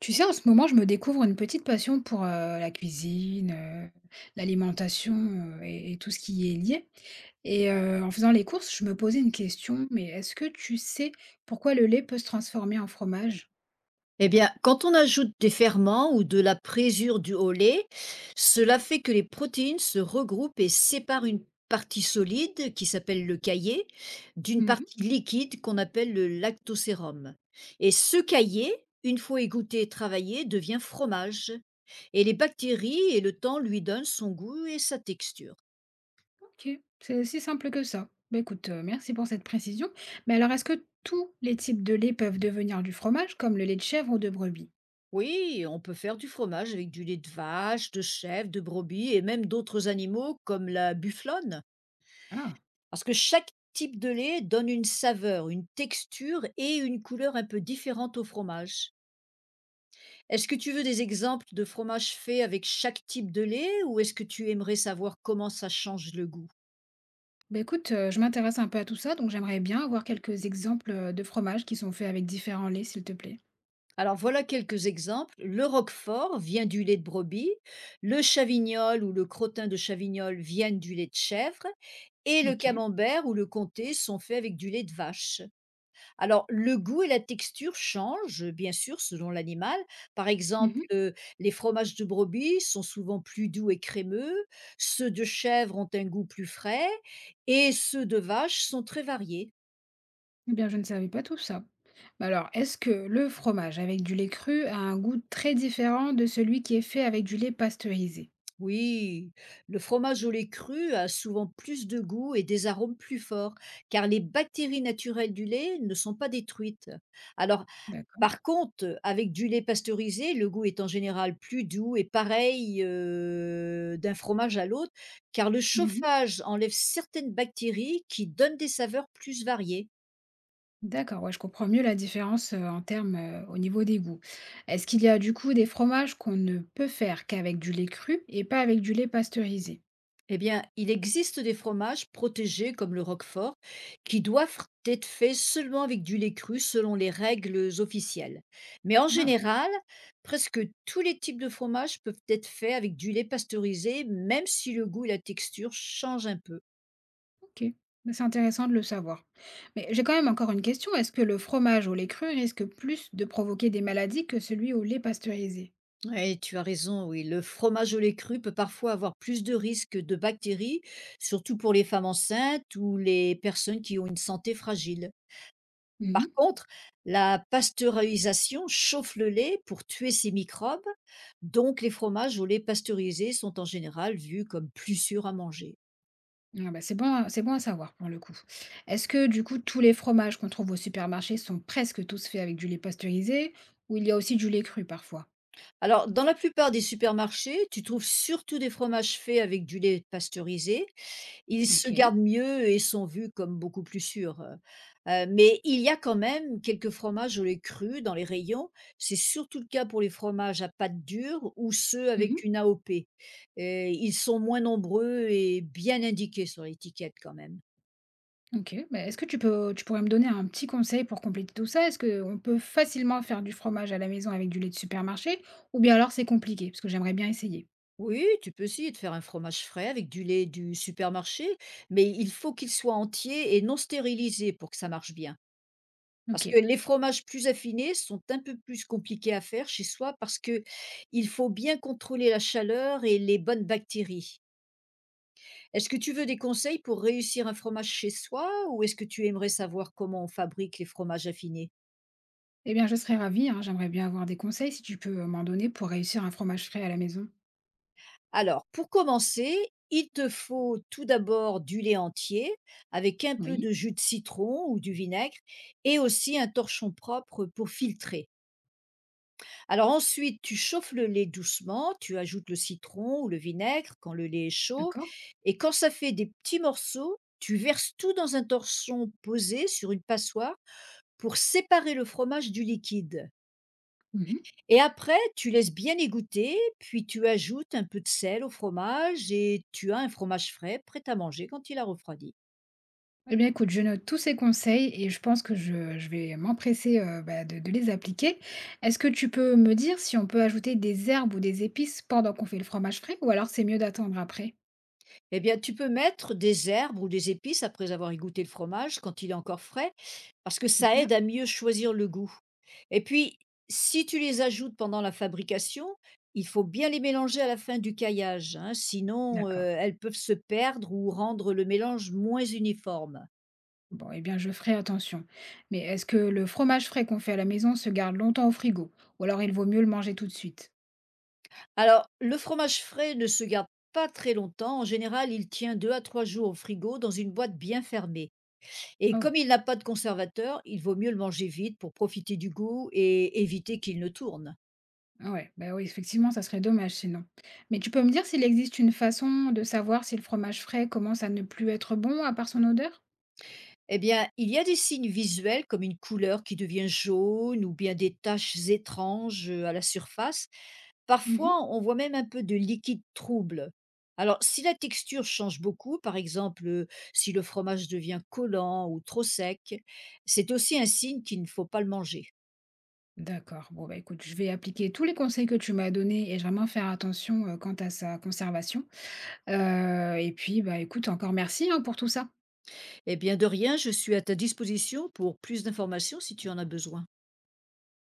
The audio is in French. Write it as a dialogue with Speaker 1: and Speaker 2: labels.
Speaker 1: Tu sais, en ce moment, je me découvre une petite passion pour la cuisine, l'alimentation, et tout ce qui y est lié. En faisant les courses, je me posais une question, mais est-ce que tu sais pourquoi le lait peut se transformer en fromage?
Speaker 2: Eh bien, quand on ajoute des ferments ou de la présure du au lait, cela fait que les protéines se regroupent et séparent une partie solide, qui s'appelle le caillé, d'une
Speaker 1: Mhm,
Speaker 2: partie liquide qu'on appelle le lactosérum. Et ce caillé, une fois égoutté et travaillé, devient fromage. Et les bactéries et le temps lui donnent son goût et sa texture.
Speaker 1: ok, c'est aussi simple que ça. Bah, écoute, merci pour cette précision. Mais alors, est-ce que tous les types de lait peuvent devenir du fromage, comme le lait de chèvre ou de brebis?
Speaker 2: Oui, on peut faire du fromage avec du lait de vache, de chèvre, de brebis et même d'autres animaux comme la bufflonne.
Speaker 1: Ah,
Speaker 2: Parce que chaque type de lait donne une saveur, une texture et une couleur un peu différente au fromage. Est-ce que tu veux des exemples de fromages faits avec chaque type de lait ou est-ce que tu aimerais savoir comment ça change le goût
Speaker 1: bah écoute, je m'intéresse un peu à tout ça, donc j'aimerais bien avoir quelques exemples de fromages qui sont faits avec différents laits, s'il te plaît.
Speaker 2: alors voilà quelques exemples. Le roquefort vient du lait de brebis, le chavignol ou le crottin de chavignol viennent du lait de chèvre et le
Speaker 1: Ok.
Speaker 2: camembert ou le comté sont faits avec du lait de vache. Alors, le goût et la texture changent, bien sûr, selon l'animal. Par exemple,
Speaker 1: Mmh.
Speaker 2: les fromages de brebis sont souvent plus doux et crémeux, ceux de chèvre ont un goût plus frais et ceux de vache sont très variés.
Speaker 1: Eh bien, je ne savais pas tout ça. Mais alors, est-ce que le fromage avec du lait cru a un goût très différent de celui qui est fait avec du lait pasteurisé?
Speaker 2: Oui, le fromage au lait cru a souvent plus de goût et des arômes plus forts, car les bactéries naturelles du lait ne sont pas détruites. Alors,
Speaker 1: D'accord.
Speaker 2: par contre, avec du lait pasteurisé, le goût est en général plus doux et pareil, d'un fromage à l'autre, car le
Speaker 1: Mmh.
Speaker 2: chauffage enlève certaines bactéries qui donnent des saveurs plus variées.
Speaker 1: D'accord, ouais, je comprends mieux la différence, en termes, au niveau des goûts. Est-ce qu'il y a du coup des fromages qu'on ne peut faire qu'avec du lait cru et pas avec du lait pasteurisé?
Speaker 2: Eh bien, il existe des fromages protégés comme le roquefort qui doivent être faits seulement avec du lait cru selon les règles officielles. Mais en
Speaker 1: Ah,
Speaker 2: général, presque tous les types de fromages peuvent être faits avec du lait pasteurisé, même si le goût et la texture changent un peu.
Speaker 1: OK. Bah, c'est intéressant de le savoir. Mais j'ai quand même encore une question. Est-ce que le fromage au lait cru risque plus de provoquer des maladies que celui au lait pasteurisé?
Speaker 2: Oui, tu as raison, oui. Le fromage au lait cru peut parfois avoir plus de risques de bactéries, surtout pour les femmes enceintes ou les personnes qui ont une santé fragile. Par
Speaker 1: Mmh.
Speaker 2: contre, la pasteurisation chauffe le lait pour tuer ces microbes, donc les fromages au lait pasteurisé sont en général vus comme plus sûrs à manger.
Speaker 1: Ah bah, c'est bon à savoir pour le coup. Est-ce que du coup tous les fromages qu'on trouve au supermarché sont presque tous faits avec du lait pasteurisé ou il y a aussi du lait cru parfois?
Speaker 2: Alors, dans la plupart des supermarchés, tu trouves surtout des fromages faits avec du lait pasteurisé. Ils se
Speaker 1: OK.
Speaker 2: gardent mieux et sont vus comme beaucoup plus sûrs, mais il y a quand même quelques fromages au lait cru dans les rayons. C'est surtout le cas pour les fromages à pâte dure ou ceux
Speaker 1: Mmh.
Speaker 2: avec une AOP, et ils sont moins nombreux et bien indiqués sur l'étiquette quand même.
Speaker 1: OK. Bah, est-ce que tu pourrais me donner un petit conseil pour compléter tout ça? Est-ce qu'on peut facilement faire du fromage à la maison avec du lait de supermarché ou bien alors c'est compliqué? Parce que j'aimerais bien essayer.
Speaker 2: Oui, tu peux essayer de faire un fromage frais avec du lait du supermarché, mais il faut qu'il soit entier et non stérilisé pour que ça marche bien. Parce que
Speaker 1: OK.
Speaker 2: les fromages plus affinés sont un peu plus compliqués à faire chez soi, parce que il faut bien contrôler la chaleur et les bonnes bactéries. Est-ce que tu veux des conseils pour réussir un fromage chez soi ou est-ce que tu aimerais savoir comment on fabrique les fromages affinés
Speaker 1: Eh bien je serais ravie, hein, j'aimerais bien avoir des conseils si tu peux m'en donner pour réussir un fromage frais à la maison.
Speaker 2: Alors, pour commencer, il te faut tout d'abord du lait entier avec un peu
Speaker 1: Oui,
Speaker 2: de jus de citron ou du vinaigre et aussi un torchon propre pour filtrer. Alors ensuite, tu chauffes le lait doucement, tu ajoutes le citron ou le vinaigre quand le lait est chaud
Speaker 1: d'accord.
Speaker 2: et quand ça fait des petits morceaux, tu verses tout dans un torchon posé sur une passoire pour séparer le fromage du liquide.
Speaker 1: Mmh.
Speaker 2: Et après, tu laisses bien égoutter, puis tu ajoutes un peu de sel au fromage et tu as un fromage frais prêt à manger quand il a refroidi.
Speaker 1: Eh bien, écoute, je note tous ces conseils et je pense que je vais m'empresser bah, de les appliquer. Est-ce que tu peux me dire si on peut ajouter des herbes ou des épices pendant qu'on fait le fromage frais ou alors c'est mieux d'attendre après?
Speaker 2: Eh bien, tu peux mettre des herbes ou des épices après avoir égoutté le fromage quand il est encore frais. Parce que ça
Speaker 1: Super.
Speaker 2: aide à mieux choisir le goût et puis, si tu les ajoutes pendant la fabrication, il faut bien les mélanger à la fin du caillage, hein, sinon,
Speaker 1: D'accord.
Speaker 2: elles peuvent se perdre ou rendre le mélange moins uniforme.
Speaker 1: Bon, eh bien, je ferai attention. Mais est-ce que le fromage frais qu'on fait à la maison se garde longtemps au frigo ou alors il vaut mieux le manger tout de suite?
Speaker 2: Alors, le fromage frais ne se garde pas très longtemps. En général, il tient 2 à 3 jours au frigo dans une boîte bien fermée et
Speaker 1: Oh,
Speaker 2: comme il n'a pas de conservateur, il vaut mieux le manger vite pour profiter du goût et éviter qu'il ne tourne.
Speaker 1: ah ouais, bah oui, effectivement, ça serait dommage sinon. Mais tu peux me dire s'il existe une façon de savoir si le fromage frais commence à ne plus être bon à part son odeur?
Speaker 2: Eh bien, il y a des signes visuels comme une couleur qui devient jaune ou bien des taches étranges à la surface. Parfois, on voit même un peu de liquide trouble. Alors, si la texture change beaucoup, par exemple, si le fromage devient collant ou trop sec, c'est aussi un signe qu'il ne faut pas le manger.
Speaker 1: D'accord. Bon, bah, écoute, je vais appliquer tous les conseils que tu m'as donnés et vraiment faire attention, quant à sa conservation. Et puis, bah, écoute, encore merci, hein, pour tout ça.
Speaker 2: Eh bien, de rien, je suis à ta disposition pour plus d'informations si tu en as besoin.